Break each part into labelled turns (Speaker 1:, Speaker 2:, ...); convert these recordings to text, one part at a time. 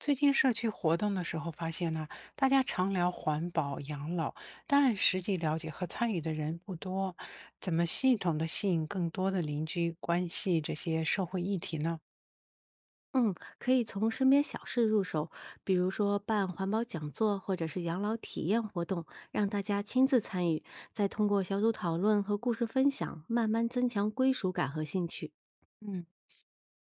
Speaker 1: 最近社区活动的时候发现呢，大家常聊环保、养老，但实际了解和参与的人不多。怎么系统的吸引更多的邻居关系这些社会议题呢？
Speaker 2: 嗯，可以从身边小事入手，比如说办环保讲座或者是养老体验活动，让大家亲自参与，再通过小组讨论和故事分享，慢慢增强归属感和兴趣。
Speaker 1: 嗯，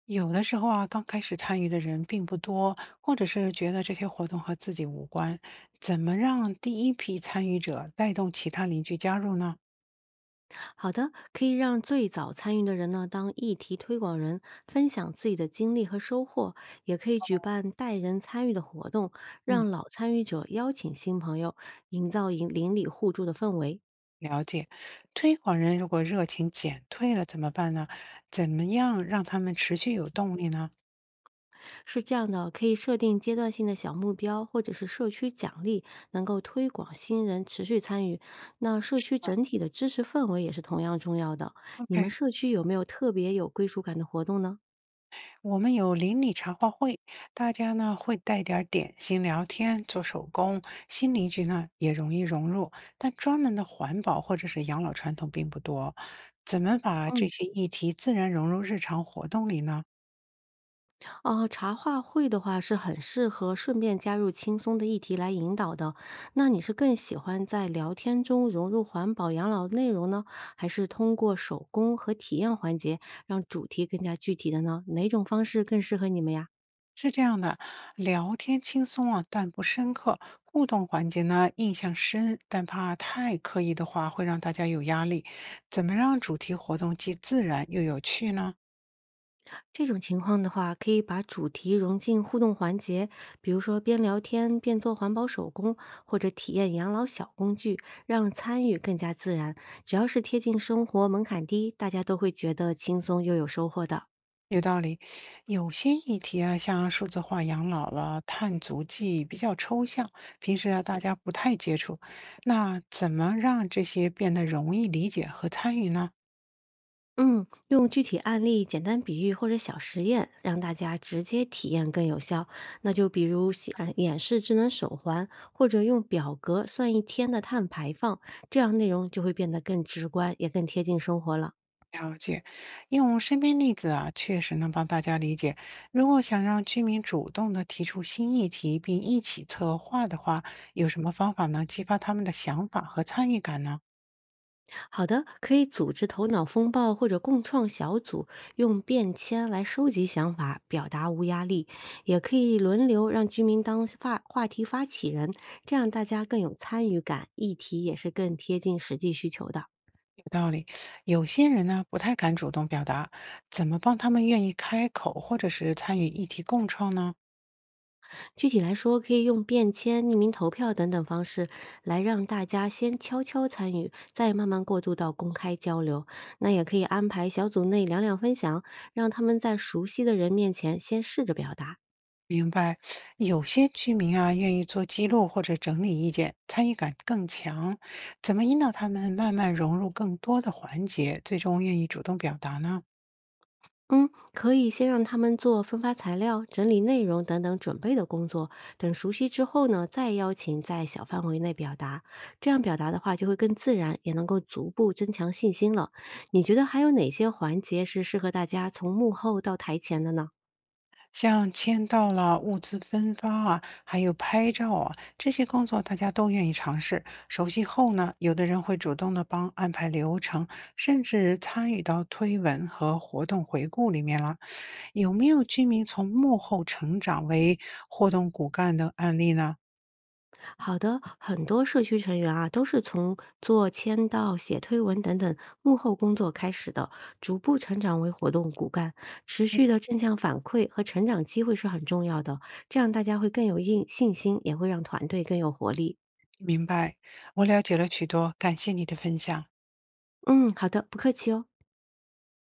Speaker 1: 有的时候啊，刚开始参与的人并不多，或者是觉得这些活动和自己无关，怎么让第一批参与者带动其他邻居加入呢？
Speaker 2: 好的，可以让最早参与的人呢当议题推广人，分享自己的经历和收获，也可以举办带人参与的活动，
Speaker 1: 嗯，
Speaker 2: 让老参与者邀请新朋友，营造邻里互助的氛围。
Speaker 1: 了解。推广人如果热情减退了怎么办呢？怎么样让他们持续有动力呢？
Speaker 2: 是这样的，可以设定阶段性的小目标，或者是社区奖励，能够推广新人持续参与。那社区整体的知识氛围也是同样重要的。你
Speaker 1: OK，
Speaker 2: 们社区有没有特别有归属感的活动呢？
Speaker 1: 我们有邻里茶话会，大家呢会带点儿点心聊天、做手工，新邻居呢也容易融入。但专门的环保或者是养老传统并不多，怎么把这
Speaker 2: 嗯，
Speaker 1: 些议题自然融入日常活动里呢？
Speaker 2: 哦、茶话会的话是很适合顺便加入轻松的议题来引导的。那你是更喜欢在聊天中融入环保养老内容呢，还是通过手工和体验环节让主题更加具体的呢？哪种方式更适合你们呀？
Speaker 1: 是这样的，聊天轻松啊，但不深刻；互动环节呢，印象深，但怕太刻意的话会让大家有压力。怎么让主题活动既自然又有趣呢？
Speaker 2: 这种情况的话，可以把主题融进互动环节，比如说边聊天边做环保手工，或者体验养老小工具，让参与更加自然。只要是贴近生活，门槛低，大家都会觉得轻松又有收获的。
Speaker 1: 有道理，有些议题啊，像数字化养老了、碳足迹比较抽象，平时啊大家不太接触。那怎么让这些变得容易理解和参与呢？
Speaker 2: 嗯，用具体案例、简单比喻或者小实验，让大家直接体验更有效。那就比如显演示智能手环，或者用表格算一天的碳排放，这样内容就会变得更直观，也更贴近生活了。
Speaker 1: 了解，用身边例子啊，确实能帮大家理解。如果想让居民主动的提出新议题并一起策划的话，有什么方法能激发他们的想法和参与感呢？
Speaker 2: 好的，可以组织头脑风暴或者共创小组，用便签来收集想法，表达无压力。也可以轮流让居民当话题发起人，这样大家更有参与感，议题也是更贴近实际需求的。
Speaker 1: 有道理，有些人呢不太敢主动表达，怎么帮他们愿意开口或者是参与议题共创呢？
Speaker 2: 具体来说，可以用便签、匿名投票等等方式来让大家先悄悄参与，再慢慢过渡到公开交流。那也可以安排小组内两两分享，让他们在熟悉的人面前先试着表达。
Speaker 1: 明白，有些居民啊愿意做记录或者整理意见，参与感更强。怎么引导他们慢慢融入更多的环节，最终愿意主动表达呢？
Speaker 2: 嗯，可以先让他们做分发材料、整理内容等等准备的工作，等熟悉之后呢，再邀请在小范围内表达。这样表达的话就会更自然，也能够逐步增强信心了。你觉得还有哪些环节是适合大家从幕后到台前的呢？
Speaker 1: 像签到了、物资分发啊，还有拍照啊，这些工作大家都愿意尝试。熟悉后呢，有的人会主动的帮安排流程，甚至参与到推文和活动回顾里面了。有没有居民从幕后成长为活动骨干的案例呢？
Speaker 2: 好的，很多社区成员啊，都是从做签到、写推文等等幕后工作开始的，逐步成长为活动骨干。持续的正向反馈和成长机会是很重要的，这样大家会更有硬信心，也会让团队更有活力。
Speaker 1: 明白，我了解了许多，感谢你的分享。
Speaker 2: 嗯，好的，不客气哦。